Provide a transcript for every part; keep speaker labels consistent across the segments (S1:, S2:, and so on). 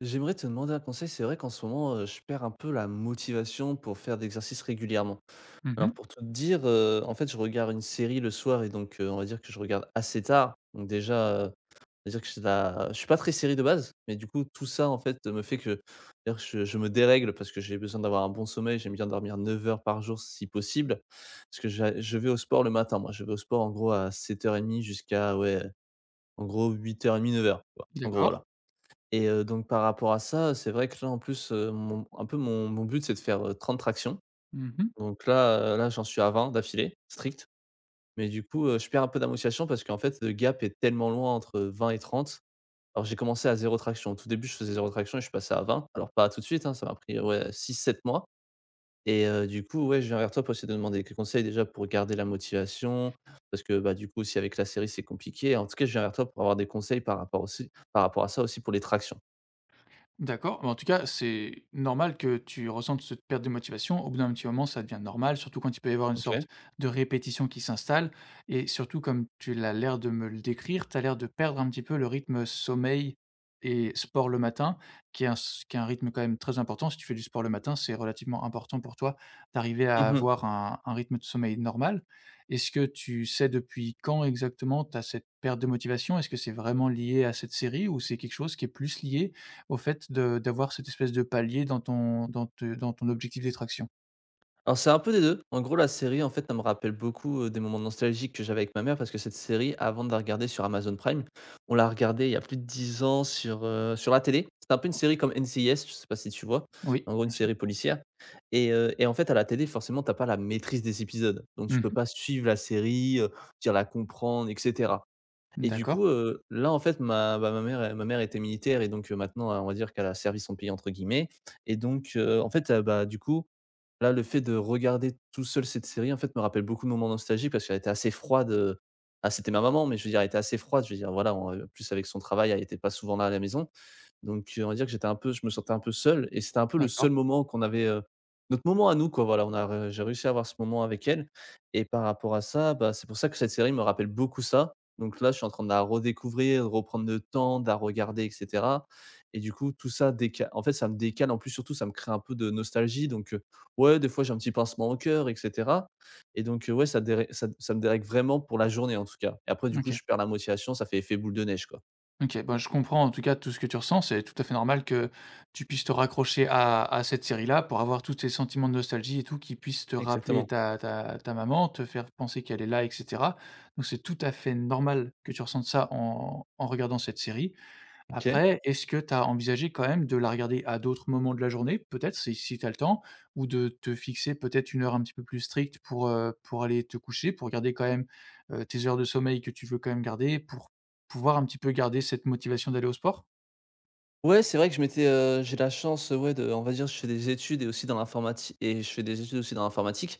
S1: J'aimerais te demander un conseil. C'est vrai qu'en ce moment, je perds un peu la motivation pour faire d'exercice régulièrement. Alors
S2: Mhm.
S1: pour tout te dire, en fait, je regarde une série le soir et donc, on va dire que je regarde assez tard. Donc déjà, on va dire que je suis pas très série de base, mais du coup tout ça en fait, me fait que d'ailleurs je me dérègle parce que j'ai besoin d'avoir un bon sommeil. J'aime bien dormir 9 heures par jour si possible. Parce que j'a je vais au sport le matin moi. Je vais au sport en gros à 7:30 jusqu'à ouais, en gros 8:30 9 heures. En gros
S2: D'accord.
S1: voilà. Et donc par rapport à ça, c'est vrai que là, en plus, mon un peu mon mon but, c'est de faire, 30 tractions.
S2: Mhm.
S1: Donc là, j'en suis à 20 d'affilée, strict. Mais du coup, je perds un peu de parce qu'en fait, le gap est tellement loin entre 20 et 30. Alors j'ai commencé à zéro traction. Au tout début, je faisais zéro traction et je suis passé à 20. Alors pas tout de suite, hein, ça m'a pris, ouais, 6-7 mois. Et du coup, ouais, je viens vers toi pour essayer de demander des conseils déjà pour garder la motivation. Parce que, bah, du coup, si avec la série, c'est compliqué. En tout cas, je viens vers toi pour avoir des conseils par rapport aussi par rapport à ça aussi pour les tractions.
S2: D'accord, mais en tout cas, c'est normal que tu ressentes cette perte de motivation. Au bout d'un petit moment, ça devient normal, surtout quand il peut y avoir une sorte
S1: OK.
S2: de répétition qui s'installe. Et surtout, comme tu l'as l'air de me le décrire, tu as l'air de perdre un petit peu le rythme sommeil et sport le matin, qui est un, qui est un rythme quand même très important. Si tu fais du sport le matin, c'est relativement important pour toi d'arriver à
S1: Mmh.
S2: avoir un rythme de sommeil normal. Est-ce que tu sais depuis quand exactement tu as cette perte de motivation? Est-ce que c'est vraiment lié à cette série ou c'est quelque chose qui est plus lié au fait de d'avoir cette espèce de palier dans ton dans ton objectif d'extraction.
S1: Alors c'est un peu des 2. En gros, la série, en fait, ça me rappelle beaucoup, des moments nostalgiques que j'avais avec ma mère parce que cette série, avant de la regarder sur Amazon Prime, on l'a regardée il y a plus de 10 ans sur la télé. C'est un peu une série comme NCIS, je sais pas si tu vois?
S2: Oui,
S1: En gros, une
S2: bien sûr.
S1: série policière et en fait, à la télé, forcément, t'as pas la maîtrise des épisodes. Donc
S2: Mmh
S1: tu peux
S2: mh.
S1: pas suivre la série, dire la comprendre et cetera, et du coup,
S2: D'accord,
S1: là, en fait, ma bah, ma mère elle ma mère était militaire et donc, maintenant, on va dire qu'elle a «servi son pays» entre guillemets, et donc, en fait, bah, du coup, là, le fait de regarder tout seul cette série, en fait, me rappelle beaucoup de moments nostalgiques parce qu'elle était assez froide, ah, c'était ma maman, mais je veux dire, elle était assez froide. Je veux dire, voilà, en plus avec son travail, elle était pas souvent là à la maison. Donc on va dire que j'étais un peu je me sentais un peu seul et c'était un peu le
S2: d'accord.
S1: seul moment qu'on avait, notre moment à nous quoi, voilà, on a re j'ai réussi à avoir ce moment avec elle. Et par rapport à ça, bah, c'est pour ça que cette série me rappelle beaucoup ça. Donc là, je suis en train de la redécouvrir, de reprendre le temps de la regarder et cetera, et du coup, tout ça décale. En fait, ça me décale, en plus, surtout, ça me crée un peu de nostalgie donc ouais, des fois, j'ai un petit pincement au cœur et cetera. Et donc ouais, ça déré ça ça me dérègle vraiment pour la journée, en tout cas, et après, du coup,
S2: OK.
S1: je perds la motivation, ça fait effet boule de neige, quoi.
S2: OK, bah, je comprends en tout cas tout ce que tu ressens. C'est tout à fait normal que tu puisses te raccrocher à cette série-là pour avoir tous tes sentiments de nostalgie et tout qui puissent te rappeler
S1: Exactement.
S2: ta maman, te faire penser qu'elle est là et cetera. Donc c'est tout à fait normal que tu ressentes ça en regardant cette série.
S1: OK.
S2: Après, est-ce que tu as envisagé quand même de la regarder à d'autres moments de la journée, peut-être, si tu as le temps, ou de te fixer peut-être une heure un petit peu plus stricte pour aller te coucher, pour garder quand même, tes heures de sommeil que tu veux quand même garder, pour pouvoir un petit peu garder cette motivation d'aller au sport?
S1: Ouais, c'est vrai que je m'étais, j'ai la chance, ouais, de on va dire, je fais des études et aussi dans l'informati et je fais des études aussi dans l'informatique.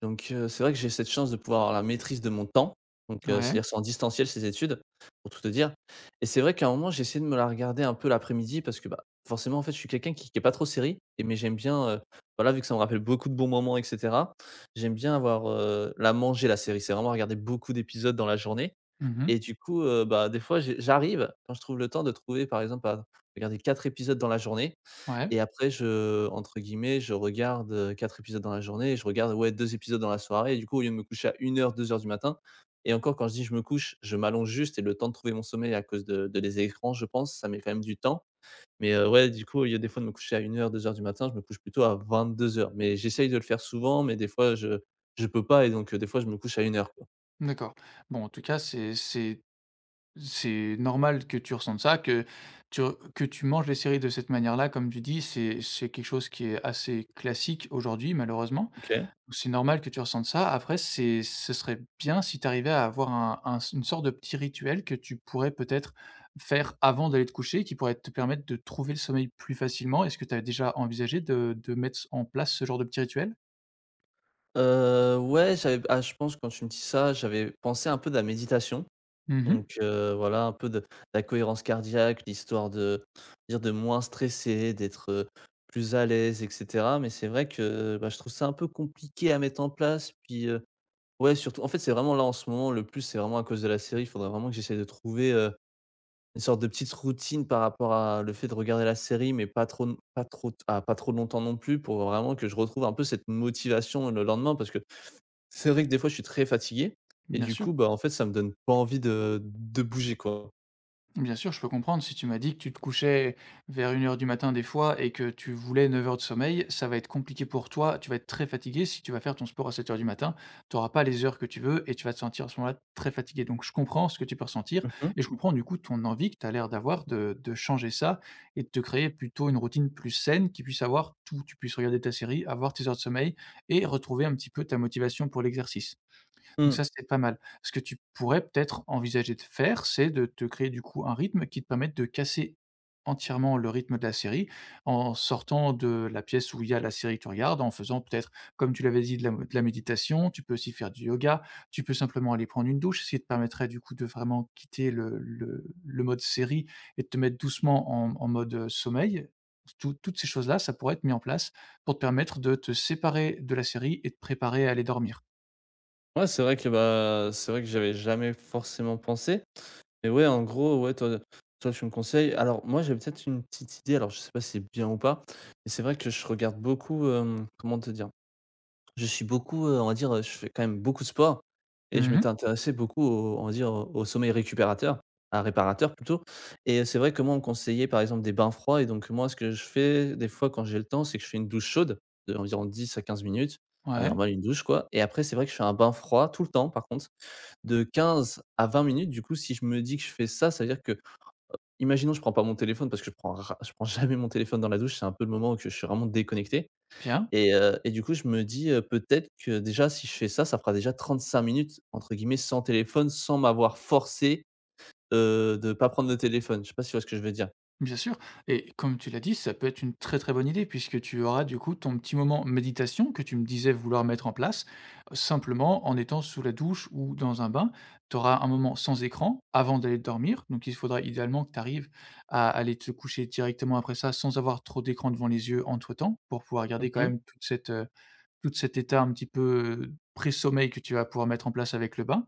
S1: Donc, c'est vrai que j'ai cette chance de pouvoir avoir la maîtrise de mon temps. Donc,
S2: Ouais.
S1: c'est-à-dire c'est en distanciel ces études, pour tout te dire. Et c'est vrai qu'à un moment, j'ai essayé de me la regarder un peu l'après-midi parce que, bah, forcément, en fait, je suis quelqu'un qui est pas trop série et mais j'aime bien, voilà, vu que ça me rappelle beaucoup de bons moments et cetera, j'aime bien avoir, la manger la série. C'est vraiment regarder beaucoup d'épisodes dans la journée,
S2: Mmh.
S1: et du coup, bah, des fois, j'arrive, quand je trouve le temps, de trouver, par exemple, à regarder 4 épisodes dans la journée,
S2: Ouais,
S1: et après je entre guillemets, je regarde, 4 épisodes dans la journée, et je regarde, ouais, 2 épisodes dans la soirée, et du coup, au lieu de me coucher à 1 heure, 2 heures du matin, et encore, quand je dis: «Je me couche», je m'allonge juste et le temps de trouver mon sommeil à cause de les écrans, je pense, ça met quand même du temps. Mais, ouais, du coup, au lieu des fois de me coucher à 1 heure, deux heures du matin, je me couche plutôt à 22 heures. Mais j'essaye de le faire souvent, mais des fois je peux pas, et donc, des fois je me couche à 1:00, quoi.
S2: d'accord. Bon, en tout cas, c'est normal que tu ressentes ça, que tu re que tu manges les séries de cette manière-là, comme tu dis, c'est quelque chose qui est assez classique aujourd'hui, malheureusement.
S1: OK.
S2: C'est normal que tu ressentes ça. Après, c'est ce serait bien si tu arrivais à avoir un une sorte de petit rituel que tu pourrais peut-être faire avant d'aller te coucher, qui pourrait te permettre de trouver le sommeil plus facilement. Est-ce que tu as déjà envisagé de mettre en place ce genre de petit rituel?
S1: Ouais, j'avais ah, je pense que quand tu me dis ça, j'avais pensé un peu de la méditation,
S2: Mmh.
S1: donc voilà, un peu de la cohérence cardiaque, l'histoire de dire de moins stresser, d'être, plus à l'aise et cetera, mais c'est vrai que, bah, je trouve ça un peu compliqué à mettre en place, puis, ouais, surtout en fait, c'est vraiment là, en ce moment, le plus, c'est vraiment à cause de la série. Il faudrait vraiment que j'essaie de trouver, une sorte de petite routine par rapport à le fait de regarder la série, mais pas trop pas trop longtemps non plus, pour vraiment que je retrouve un peu cette motivation le lendemain, parce que c'est vrai que des fois, je suis très fatigué, et
S2: Bien
S1: du
S2: sûr.
S1: coup, bah, en fait, ça me donne pas envie de bouger, quoi.
S2: Bien sûr, je peux comprendre. Si tu m'as dit que tu te couchais vers une heure du matin des fois et que tu voulais 9 heures de sommeil, ça va être compliqué pour toi. Tu vas être très fatigué. Si tu vas faire ton sport à sept heures du matin, tu n'auras pas les heures que tu veux et tu vas te sentir à ce moment-là très fatigué. Donc, je comprends ce que tu peux ressentir
S1: Mmh mh.
S2: et je comprends du coup ton envie que tu as l'air d'avoir de changer ça et de te créer plutôt une routine plus saine qui puisse avoir tout. Tu puisses regarder ta série, avoir tes heures de sommeil et retrouver un petit peu ta motivation pour l'exercice. Donc
S1: Mmh.
S2: ça, c'est pas mal. Ce que tu pourrais peut-être envisager de faire, c'est de te créer du coup un rythme qui te permette de casser entièrement le rythme de la série en sortant de la pièce où il y a la série que tu regardes, en faisant peut-être, comme tu l'avais dit, de la méditation, tu peux aussi faire du yoga, tu peux simplement aller prendre une douche, ce qui te permettrait du coup de vraiment quitter le, le mode série et de te mettre doucement en, en mode sommeil. Toutes ces choses-là, ça pourrait être mis en place pour te permettre de te séparer de la série et te préparer à aller dormir.
S1: Ouais, c'est vrai que, bah, c'est vrai que j'avais jamais forcément pensé. Mais ouais, en gros, ouais, toi, tu me conseilles, alors moi, j'ai peut-être une petite idée, alors je sais pas si c'est bien ou pas, mais c'est vrai que je regarde beaucoup, comment te dire? Je suis beaucoup, on va dire, je fais quand même beaucoup de sport, et je
S2: Mhm.
S1: m'étais intéressé beaucoup au on va dire, au sommeil récupérateur, à réparateur plutôt. Et c'est vrai que moi on me conseillait par exemple des bains froids, et donc moi ce que je fais des fois quand j'ai le temps, c'est que je fais une douche chaude de environ 10 à 15 minutes, ah
S2: Ouais.
S1: normal une douche quoi, et après c'est vrai que je fais un bain froid tout le temps par contre de 15 à 20 minutes. Du coup, si je me dis que je fais ça, ça veut dire que imaginons je prends pas mon téléphone parce que je prends jamais mon téléphone dans la douche, c'est un peu le moment où que je suis vraiment déconnecté.
S2: Bien,
S1: Et du coup, je me dis, peut-être que déjà si je fais ça, ça fera déjà 35 minutes entre guillemets «sans téléphone», sans m'avoir forcé, de pas prendre le téléphone. Je sais pas si tu vois ce que je veux dire?
S2: bien sûr. Et comme tu l'as dit, ça peut être une très très bonne idée puisque tu auras du coup ton petit moment méditation que tu me disais vouloir mettre en place. Simplement en étant sous la douche ou dans un bain, tu auras un moment sans écran avant d'aller dormir. Donc il faudra idéalement que tu arrives à aller te coucher directement après ça sans avoir trop d'écran devant les yeux entre-temps pour pouvoir garder quand
S1: Mmh.
S2: même toute cette, tout cet état un petit peu pré-sommeil que tu vas pouvoir mettre en place avec le bain.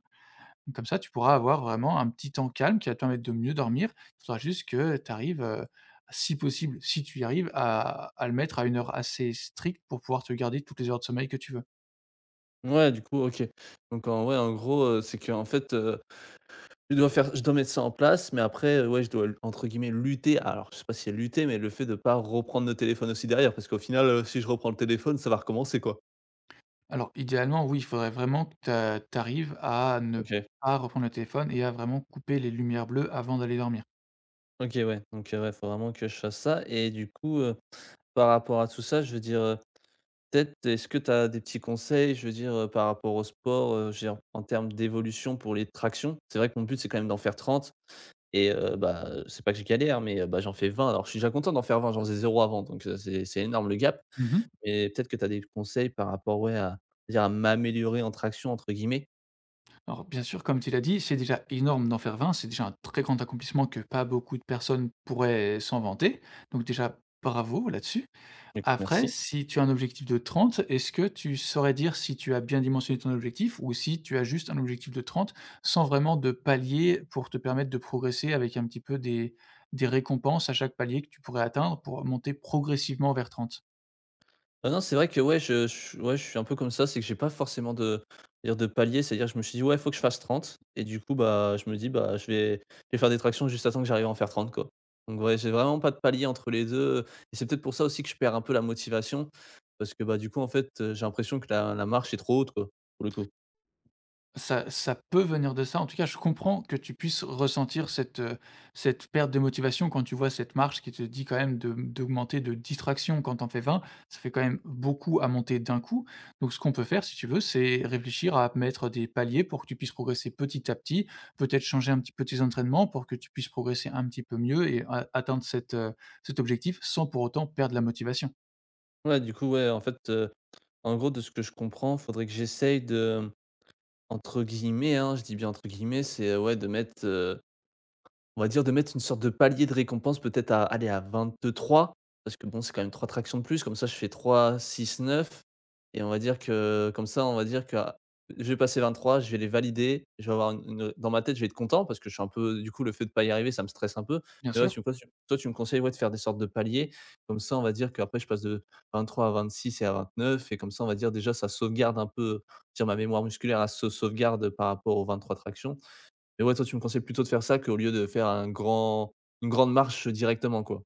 S2: Comme ça, tu pourras avoir vraiment un petit temps calme qui va te permettre de mieux dormir. Il faudra juste que tu arrives, si possible, si tu y arrives, à le mettre à une heure assez stricte pour pouvoir te garder toutes les heures de sommeil que tu veux.
S1: Ouais, du coup, OK. Donc en ouais, en gros, c'est que en fait, je dois mettre ça en place, mais après, ouais, je dois entre guillemets «lutter». Alors je sais pas si c'est lutter, mais le fait de pas reprendre le téléphone aussi derrière, parce qu'au final, si je reprends le téléphone, ça va recommencer, quoi.
S2: Alors idéalement, oui, il faudrait vraiment que tu arrives à ne
S1: OK.
S2: pas reprendre le téléphone et à vraiment couper les lumières bleues avant d'aller dormir.
S1: OK, ouais. Donc ouais, faut vraiment que je fasse ça, et du coup, par rapport à tout ça, je veux dire, peut-être, est-ce que tu as des petits conseils, je veux dire, par rapport au sport, je veux dire, en termes d'évolution pour les tractions? C'est vrai que mon but, c'est quand même d'en faire 30, et bah, c'est pas que j'ai galère, mais bah, j'en fais 20. Alors je suis déjà content d'en faire 20, j'en faisais 0 avant, donc c'est énorme le gap.
S2: Mmh.
S1: Mais peut-être que tu as des conseils par rapport, ouais, à dire à «m'améliorer en traction» entre guillemets?
S2: Alors bien sûr, comme tu l'as dit, c'est déjà énorme d'en faire 20. C'est déjà un très grand accomplissement que pas beaucoup de personnes pourraient s'en vanter. Donc déjà, bravo là-dessus.
S1: Donc
S2: Après,
S1: merci.
S2: si tu as un objectif de 30, est-ce que tu saurais dire si tu as bien dimensionné ton objectif ou si tu as juste un objectif de 30 sans vraiment de palier pour te permettre de progresser avec un petit peu des récompenses à chaque palier que tu pourrais atteindre pour monter progressivement vers 30.
S1: Ah non, c'est vrai que ouais, je ouais, je suis un peu comme ça, c'est que j'ai pas forcément de dire de palier, c'est-à-dire que je me suis dit: «Ouais, il faut que je fasse 30», et du coup, bah, je me dis: «Bah, je vais faire des tractions juste à temps que j'arrive à en faire 30 quoi.» Donc ouais, j'ai vraiment pas de palier entre les deux, et c'est peut-être pour ça aussi que je perds un peu la motivation, parce que, bah, du coup, en fait, j'ai l'impression que la marche est trop haute, quoi, pour le coup.
S2: Ça ça peut venir de ça. En tout cas, je comprends que tu puisses ressentir cette, cette perte de motivation quand tu vois cette marche qui te dit quand même de d'augmenter de distraction quand t'en fais vingt. Ça fait quand même beaucoup à monter d'un coup. Donc ce qu'on peut faire, si tu veux, c'est réfléchir à mettre des paliers pour que tu puisses progresser petit à petit, peut-être changer un petit peu tes entraînements pour que tu puisses progresser un petit peu mieux et a atteindre cet, cet objectif sans pour autant perdre la motivation.
S1: Ouais, du coup, ouais, en fait, en gros, de ce que je comprends, faudrait que j'essaye de, entre guillemets, hein, je dis bien entre guillemets, c'est, ouais, de mettre, on va dire de mettre une sorte de palier de récompense peut-être à aller à 23, parce que bon, c'est quand même 3 tractions de plus, comme ça je fais 3-6-9, et on va dire que comme ça, on va dire que ah, je vais passer 23, je vais les valider, je vais avoir une dans ma tête, je vais être content parce que je suis un peu du coup, le fait de pas y arriver, ça me stresse un peu.
S2: Bien
S1: Mais ouais,
S2: sûr.
S1: tu me cons toi, tu me conseilles, ouais, de faire des sortes de paliers. Comme ça, on va dire qu'après je passe de 23 à 26 et à 29, et comme ça, on va dire déjà ça sauvegarde un peu, on dire ma mémoire musculaire, elle se sauvegarde par rapport aux 23 tractions, mais ouais, toi, tu me conseilles plutôt de faire ça qu'au lieu de faire un grand une grande marche directement, quoi?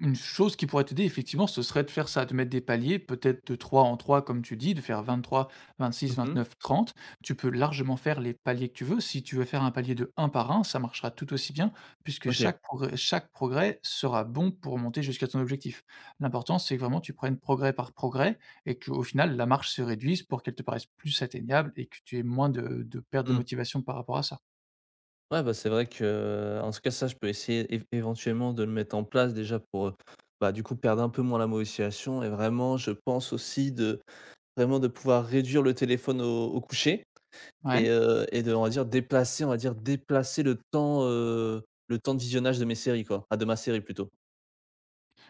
S2: Une chose qui pourrait t'aider, effectivement, ce serait de faire ça, de mettre des paliers, peut-être de 3 en 3, comme tu dis, de faire vingt-trois, vingt-six,
S1: Mmh.
S2: vingt-neuf, trente. Tu peux largement faire les paliers que tu veux. Si tu veux faire un palier de un par un, ça marchera tout aussi bien, puisque
S1: OK.
S2: chaque progrès sera bon pour monter jusqu'à ton objectif. L'important, c'est que vraiment tu prennes progrès par progrès et qu'au final, la marche se réduise pour qu'elle te paraisse plus atteignable et que tu aies moins de perte de
S1: Mmh.
S2: motivation par rapport à ça.
S1: Ouais, bah, c'est vrai que en tout cas, ça, je peux essayer év éventuellement de le mettre en place déjà pour, bah, du coup, perdre un peu moins la motivation, et vraiment, je pense aussi de vraiment de pouvoir réduire le téléphone au coucher, et
S2: Ouais.
S1: heu et de, on va dire, déplacer, on va dire, déplacer le temps de visionnage de mes séries, quoi. Ah, de ma série plutôt.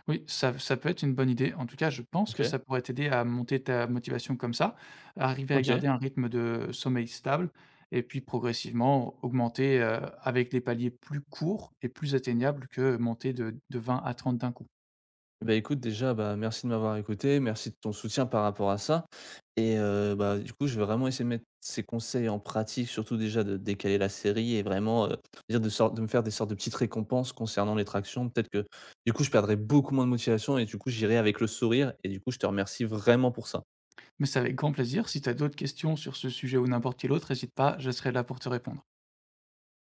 S2: Oui, ça ça peut être une bonne idée. En tout cas, je pense que
S1: OK.
S2: ça pourrait t'aider à monter ta motivation comme ça, à arriver à
S1: OK.
S2: garder un rythme de sommeil stable et puis progressivement augmenter, avec des paliers plus courts et plus atteignables que monter de 20 à 30 d'un coup.
S1: Bah, écoute, déjà, bah, merci de m'avoir écouté, merci de ton soutien par rapport à ça. Et bah, du coup, je vais vraiment essayer de mettre ces conseils en pratique, surtout déjà de décaler la série et vraiment, dire de sorte de me faire des sortes de petites récompenses concernant les tractions. Peut-être que, du coup, je perdrai beaucoup moins de motivation, et du coup, j'irai avec le sourire, et du coup, je te remercie vraiment pour ça.
S2: Mais c'est avec grand plaisir. Si tu as d'autres questions sur ce sujet ou n'importe quel autre, n'hésite pas, je serai là pour te répondre.